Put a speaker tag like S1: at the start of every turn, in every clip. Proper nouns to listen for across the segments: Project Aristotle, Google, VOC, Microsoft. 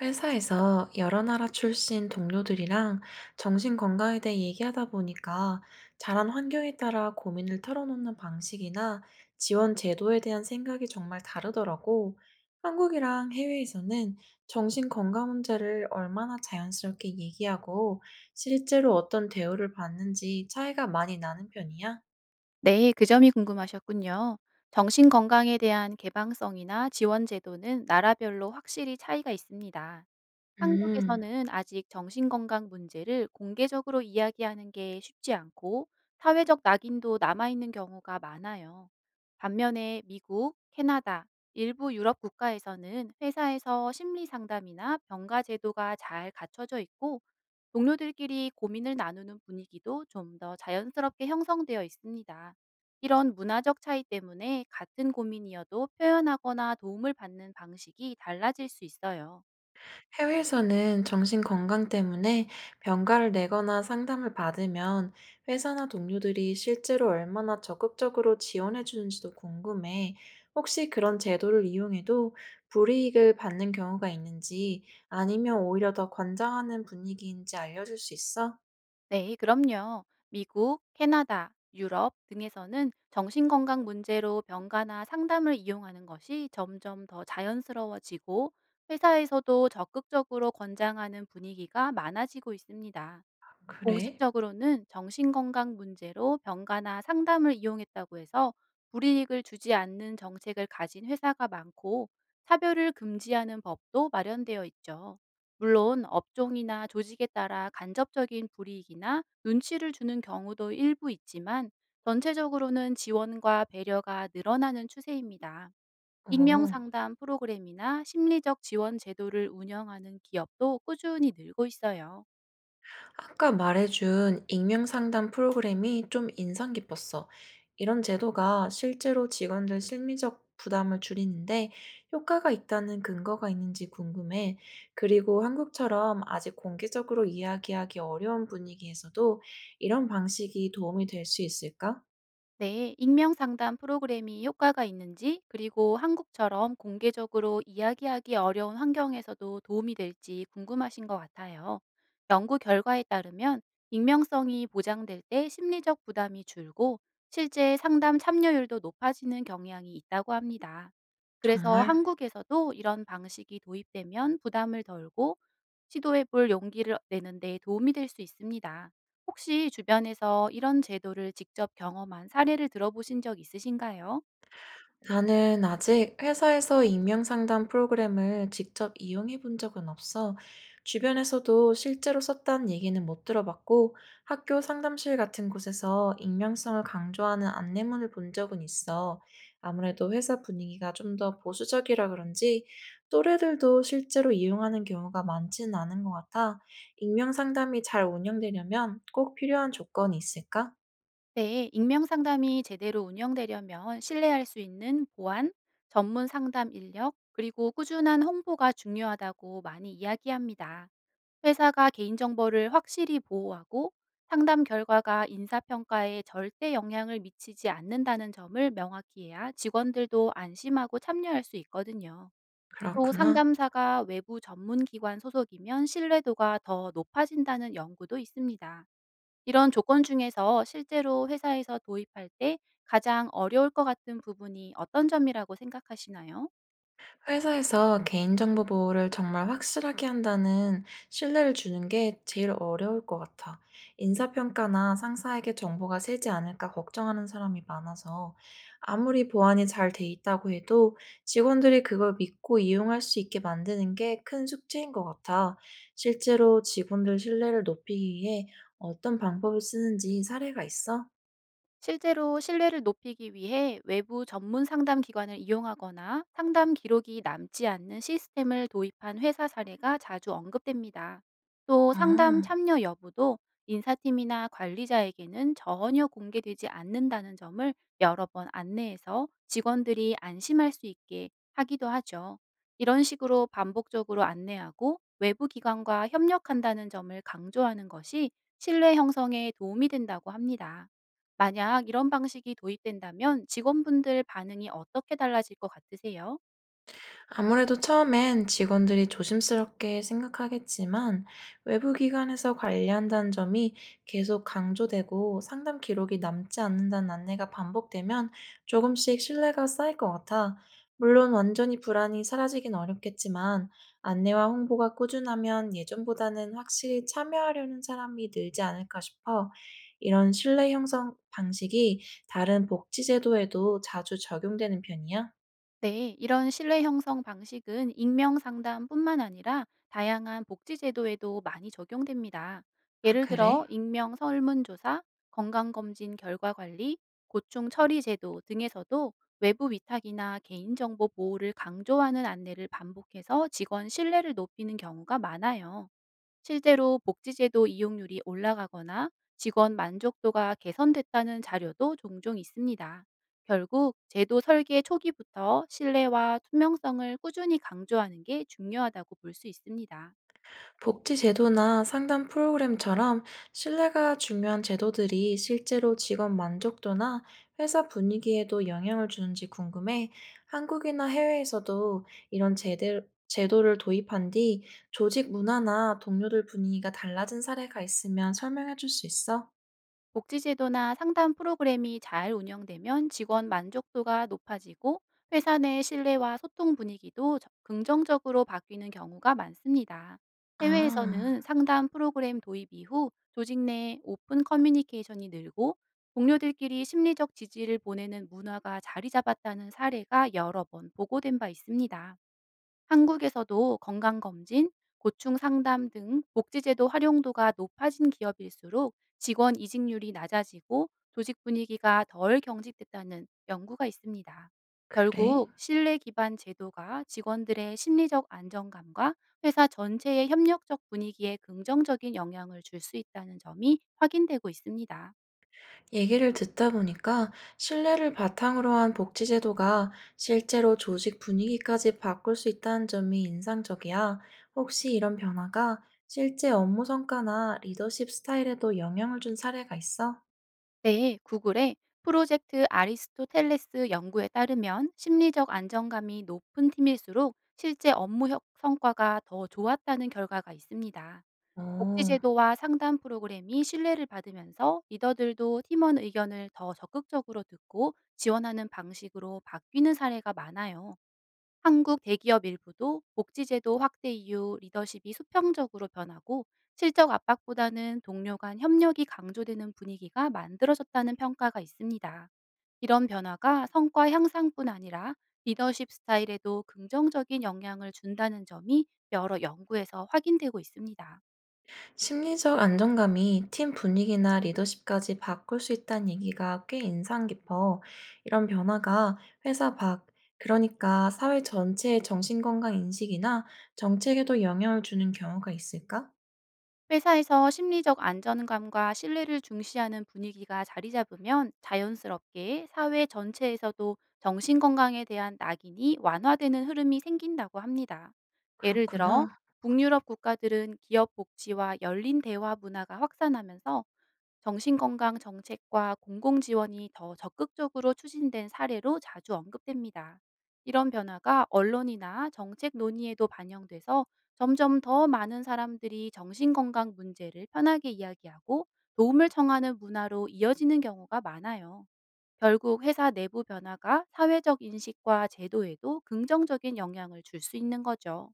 S1: 회사에서 여러 나라 출신 동료들이랑 정신건강에 대해 얘기하다 보니까 자란 환경에 따라 고민을 털어놓는 방식이나 지원 제도에 대한 생각이 정말 다르더라고. 한국이랑 해외에서는 정신건강 문제를 얼마나 자연스럽게 얘기하고 실제로 어떤 대우를 받는지 차이가 많이 나는 편이야?
S2: 네, 그 점이 궁금하셨군요. 정신 건강에 대한 개방성이나 지원 제도는 나라별로 확실히 차이가 있습니다.
S1: 음.
S2: 한국에서는 아직 정신건강 문제를 공개적으로 이야기하는 게 쉽지 않고 사회적 낙인도 남아있는 경우가 많아요. 반면에 미국, 캐나다, 일부 유럽 국가에서는 회사에서 심리 상담이나 병가 제도가 잘 갖춰져 있고 동료들끼리 고민을 나누는 분위기도 좀 더 자연스럽게 형성되어 있습니다. 이런 문화적 차이 때문에 같은 고민이어도 표현하거나 도움을 받는 방식이 달라질 수 있어요.
S1: 해외에서는 정신 건강 때문에 병가를 내거나 상담을 받으면 회사나 동료들이 실제로 얼마나 적극적으로 지원해 주는지도 궁금해. 혹시 그런 제도를 이용해도 불이익을 받는 경우가 있는지 아니면 오히려 더 권장하는 분위기인지 알려줄 수 있어?
S2: 네, 그럼요. 미국, 캐나다, 유럽 등에서는 정신건강 문제로 병가나 상담을 이용하는 것이 점점 더 자연스러워지고 회사에서도 적극적으로 권장하는 분위기가 많아지고 있습니다.
S1: 그래?
S2: 공식적으로는 정신건강 문제로 병가나 상담을 이용했다고 해서 불이익을 주지 않는 정책을 가진 회사가 많고 차별을 금지하는 법도 마련되어 있죠. 물론 업종이나 조직에 따라 간접적인 불이익이나 눈치를 주는 경우도 일부 있지만 전체적으로는 지원과 배려가 늘어나는 추세입니다. 익명
S1: 오.
S2: 상담 프로그램이나 심리적 지원 제도를 운영하는 기업도 꾸준히 늘고 있어요.
S1: 아까 말해준 익명 상담 프로그램이 좀 인상 깊었어. 이런 제도가 실제로 직원들 심리적 부담을 줄이는데 효과가 있다는 근거가 있는지 궁금해. 그리고 한국처럼 아직 공개적으로 이야기하기 어려운 분위기에서도 이런 방식이 도움이 될 수 있을까?
S2: 네, 익명 상담 프로그램이 효과가 있는지, 그리고 한국처럼 공개적으로 이야기하기 어려운 환경에서도 도움이 될지 궁금하신 것 같아요. 연구 결과에 따르면 익명성이 보장될 때 심리적 부담이 줄고 실제 상담 참여율도 높아지는 경향이 있다고 합니다. 그래서
S1: 정말?
S2: 한국에서도 이런 방식이 도입되면 부담을 덜고 시도해볼 용기를 내는 데 도움이 될 수 있습니다. 혹시 주변에서 이런 제도를 직접 경험한 사례를 들어보신 적 있으신가요?
S1: 나는 아직 회사에서 익명 상담 프로그램을 직접 이용해 본 적은 없어. 주변에서도 실제로 썼다는 얘기는 못 들어봤고, 학교 상담실 같은 곳에서 익명성을 강조하는 안내문을 본 적은 있어. 아무래도 회사 분위기가 좀 더 보수적이라 그런지 또래들도 실제로 이용하는 경우가 많지는 않은 것 같아. 익명 상담이 잘 운영되려면 꼭 필요한 조건이 있을까?
S2: 네, 익명 상담이 제대로 운영되려면 신뢰할 수 있는 보안, 전문 상담 인력, 그리고 꾸준한 홍보가 중요하다고 많이 이야기합니다. 회사가 개인정보를 확실히 보호하고 상담 결과가 인사평가에 절대 영향을 미치지 않는다는 점을 명확히 해야 직원들도 안심하고 참여할 수 있거든요. 또
S1: 그렇구나.
S2: 상담사가 외부 전문 기관 소속이면 신뢰도가 더 높아진다는 연구도 있습니다. 이런 조건 중에서 실제로 회사에서 도입할 때 가장 어려울 것 같은 부분이 어떤 점이라고 생각하시나요?
S1: 회사에서 개인정보 보호를 정말 확실하게 한다는 신뢰를 주는 게 제일 어려울 것 같아. 인사평가나 상사에게 정보가 새지 않을까 걱정하는 사람이 많아서 아무리 보안이 잘 돼 있다고 해도 직원들이 그걸 믿고 이용할 수 있게 만드는 게 큰 숙제인 것 같아. 실제로 직원들 신뢰를 높이기 위해 어떤 방법을 쓰는지 사례가 있어?
S2: 실제로 신뢰를 높이기 위해 외부 전문 상담 기관을 이용하거나 상담 기록이 남지 않는 시스템을 도입한 회사 사례가 자주 언급됩니다. 또 상담
S1: 아.
S2: 참여 여부도 인사팀이나 관리자에게는 전혀 공개되지 않는다는 점을 여러 번 안내해서 직원들이 안심할 수 있게 하기도 하죠. 이런 식으로 반복적으로 안내하고 외부 기관과 협력한다는 점을 강조하는 것이 신뢰 형성에 도움이 된다고 합니다. 만약 이런 방식이 도입된다면 직원분들 반응이 어떻게 달라질 것 같으세요?
S1: 아무래도 처음엔 직원들이 조심스럽게 생각하겠지만 외부 기관에서 관리한다는 점이 계속 강조되고 상담 기록이 남지 않는다는 안내가 반복되면 조금씩 신뢰가 쌓일 것 같아. 물론 완전히 불안이 사라지긴 어렵겠지만 안내와 홍보가 꾸준하면 예전보다는 확실히 참여하려는 사람이 늘지 않을까 싶어. 이런 신뢰 형성 방식이 다른 복지제도에도 자주 적용되는 편이야?
S2: 네, 이런 신뢰 형성 방식은 익명 상담뿐만 아니라 다양한 복지 제도에도 많이 적용됩니다.
S1: 아,
S2: 예를
S1: 그래?
S2: 들어 익명 설문조사, 건강검진 결과 관리, 고충 처리 제도 등에서도 외부 위탁이나 개인정보 보호를 강조하는 안내를 반복해서 직원 신뢰를 높이는 경우가 많아요. 실제로 복지제도 이용률이 올라가거나 직원 만족도가 개선됐다는 자료도 종종 있습니다. 결국 제도 설계 초기부터 신뢰와 투명성을 꾸준히 강조하는 게 중요하다고 볼 수 있습니다.
S1: 복지 제도나 상담 프로그램처럼 신뢰가 중요한 제도들이 실제로 직업 만족도나 회사 분위기에도 영향을 주는지 궁금해. 한국이나 해외에서도 제도를 도입한 뒤 조직 문화나 동료들 분위기가 달라진 사례가 있으면 설명해 줄 수 있어?
S2: 복지제도나 상담 프로그램이 잘 운영되면 직원 만족도가 높아지고 회사 내 신뢰와 소통 분위기도 긍정적으로 바뀌는 경우가 많습니다. 해외에서는
S1: 아,
S2: 상담 프로그램 도입 이후 조직 내 오픈 커뮤니케이션이 늘고 동료들끼리 심리적 지지를 보내는 문화가 자리 잡았다는 사례가 여러 번 보고된 바 있습니다. 한국에서도 건강검진, 고충상담 등 복지제도 활용도가 높아진 기업일수록 직원 이직률이 낮아지고 조직 분위기가 덜 경직됐다는 연구가 있습니다.
S1: 그래?
S2: 결국 신뢰 기반 제도가 직원들의 심리적 안정감과 회사 전체의 협력적 분위기에 긍정적인 영향을 줄 수 있다는 점이 확인되고 있습니다.
S1: 얘기를 듣다 보니까 신뢰를 바탕으로 한 복지제도가 실제로 조직 분위기까지 바꿀 수 있다는 점이 인상적이야. 혹시 이런 변화가 실제 업무 성과나 리더십 스타일에도 영향을 준 사례가 있어?
S2: 네, 구글의 프로젝트 아리스토텔레스 연구에 따르면 심리적 안정감이 높은 팀일수록 실제 업무 성과가 더 좋았다는 결과가 있습니다.
S1: 오.
S2: 복지제도와 상담 프로그램이 신뢰를 받으면서 리더들도 팀원 의견을 더 적극적으로 듣고 지원하는 방식으로 바뀌는 사례가 많아요. 한국 대기업 일부도 복지제도 확대 이후 리더십이 수평적으로 변하고 실적 압박보다는 동료 간 협력이 강조되는 분위기가 만들어졌다는 평가가 있습니다. 이런 변화가 성과 향상뿐 아니라 리더십 스타일에도 긍정적인 영향을 준다는 점이 여러 연구에서 확인되고 있습니다.
S1: 심리적 안정감이 팀 분위기나 리더십까지 바꿀 수 있다는 얘기가 꽤 인상 깊어. 이런 변화가 회사 밖, 그러니까 사회 전체의 정신건강 인식이나 정책에도 영향을 주는 경우가 있을까?
S2: 회사에서 심리적 안전감과 신뢰를 중시하는 분위기가 자리 잡으면 자연스럽게 사회 전체에서도 정신건강에 대한 낙인이 완화되는 흐름이 생긴다고 합니다. 예를 들어,
S1: 그렇구나.
S2: 북유럽 국가들은 기업 복지와 열린 대화 문화가 확산하면서 정신건강 정책과 공공지원이 더 적극적으로 추진된 사례로 자주 언급됩니다. 이런 변화가 언론이나 정책 논의에도 반영돼서 점점 더 많은 사람들이 정신건강 문제를 편하게 이야기하고 도움을 청하는 문화로 이어지는 경우가 많아요. 결국 회사 내부 변화가 사회적 인식과 제도에도 긍정적인 영향을 줄 수 있는 거죠.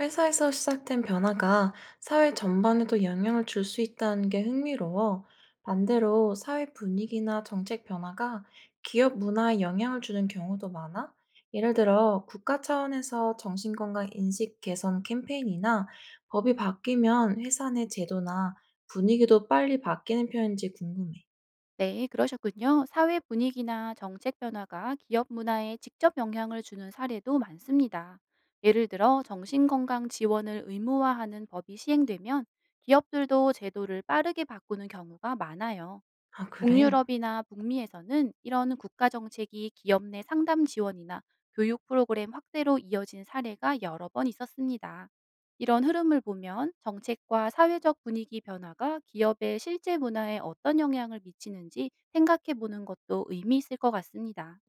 S1: 회사에서 시작된 변화가 사회 전반에도 영향을 줄 수 있다는 게 흥미로워. 반대로 사회 분위기나 정책 변화가 기업 문화에 영향을 주는 경우도 많아. 예를 들어 국가 차원에서 정신건강 인식 개선 캠페인이나 법이 바뀌면 회사 내 제도나 분위기도 빨리 바뀌는 편인지 궁금해.
S2: 네, 그러셨군요. 사회 분위기나 정책 변화가 기업 문화에 직접 영향을 주는 사례도 많습니다. 예를 들어 정신건강 지원을 의무화하는 법이 시행되면 기업들도 제도를 빠르게 바꾸는 경우가 많아요.
S1: 아, 그래.
S2: 북유럽이나 북미에서는 이런 국가 정책이 기업 내 상담 지원이나 교육 프로그램 확대로 이어진 사례가 여러 번 있었습니다. 이런 흐름을 보면 정책과 사회적 분위기 변화가 기업의 실제 문화에 어떤 영향을 미치는지 생각해 보는 것도 의미 있을 것 같습니다.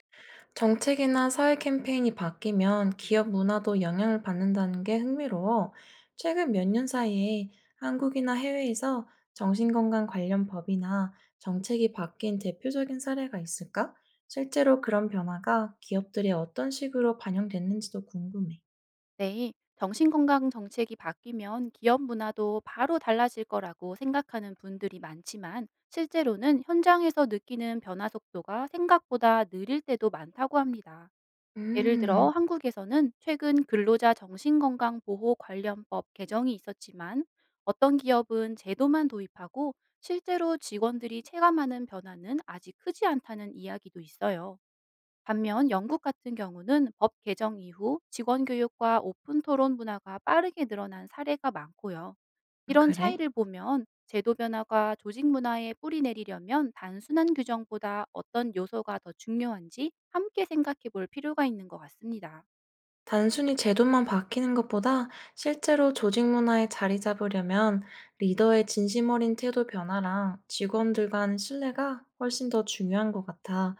S1: 정책이나 사회 캠페인이 바뀌면 기업 문화도 영향을 받는다는 게 흥미로워. 최근 몇 년 사이에 한국이나 해외에서 정신건강 관련 법이나 정책이 바뀐 대표적인 사례가 있을까? 실제로 그런 변화가 기업들이 어떤 식으로 반영됐는지도 궁금해.
S2: 네, 정신건강 정책이 바뀌면 기업 문화도 바로 달라질 거라고 생각하는 분들이 많지만 실제로는 현장에서 느끼는 변화 속도가 생각보다 느릴 때도 많다고 합니다. 예를 들어
S1: 음,
S2: 한국에서는 최근 근로자 정신건강보호 관련법 개정이 있었지만 어떤 기업은 제도만 도입하고 실제로 직원들이 체감하는 변화는 아직 크지 않다는 이야기도 있어요. 반면 영국 같은 경우는 법 개정 이후 직원 교육과 오픈 토론 문화가 빠르게 늘어난 사례가 많고요. 이런
S1: 그래?
S2: 차이를 보면 제도 변화가 조직 문화에 뿌리 내리려면 단순한 규정보다 어떤 요소가 더 중요한지 함께 생각해 볼 필요가 있는 것 같습니다.
S1: 단순히 제도만 바뀌는 것보다 실제로 조직 문화에 자리 잡으려면 리더의 진심 어린 태도 변화랑 직원들 간 신뢰가 훨씬 더 중요한 것 같아.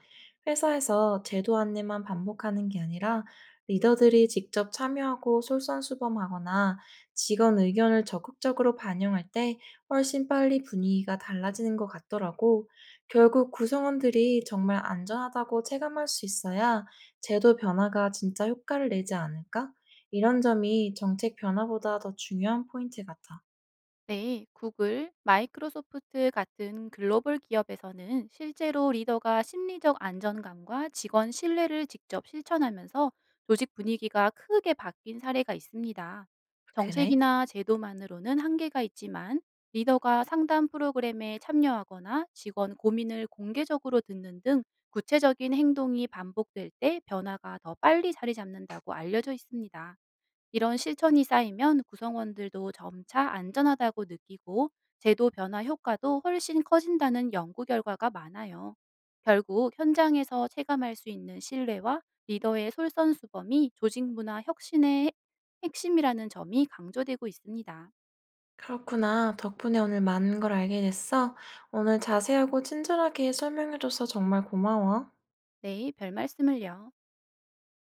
S1: 회사에서 제도 안내만 반복하는 게 아니라 리더들이 직접 참여하고 솔선수범하거나 직원 의견을 적극적으로 반영할 때 훨씬 빨리 분위기가 달라지는 것 같더라고. 결국 구성원들이 정말 안전하다고 체감할 수 있어야 제도 변화가 진짜 효과를 내지 않을까? 이런 점이 정책 변화보다 더 중요한 포인트 같아.
S2: 네, 구글, 마이크로소프트 같은 글로벌 기업에서는 실제로 리더가 심리적 안정감과 직원 신뢰를 직접 실천하면서 조직 분위기가 크게 바뀐 사례가 있습니다.
S1: 그래?
S2: 정책이나 제도만으로는 한계가 있지만 리더가 상담 프로그램에 참여하거나 직원 고민을 공개적으로 듣는 등 구체적인 행동이 반복될 때 변화가 더 빨리 자리 잡는다고 알려져 있습니다. 이런 실천이 쌓이면 구성원들도 점차 안전하다고 느끼고 제도 변화 효과도 훨씬 커진다는 연구 결과가 많아요. 결국 현장에서 체감할 수 있는 신뢰와 리더의 솔선수범이 조직 문화 혁신의 핵심이라는 점이 강조되고 있습니다.
S1: 그렇구나. 덕분에 오늘 많은 걸 알게 됐어. 오늘 자세하고 친절하게 설명해줘서 정말 고마워.
S2: 네, 별 말씀을요.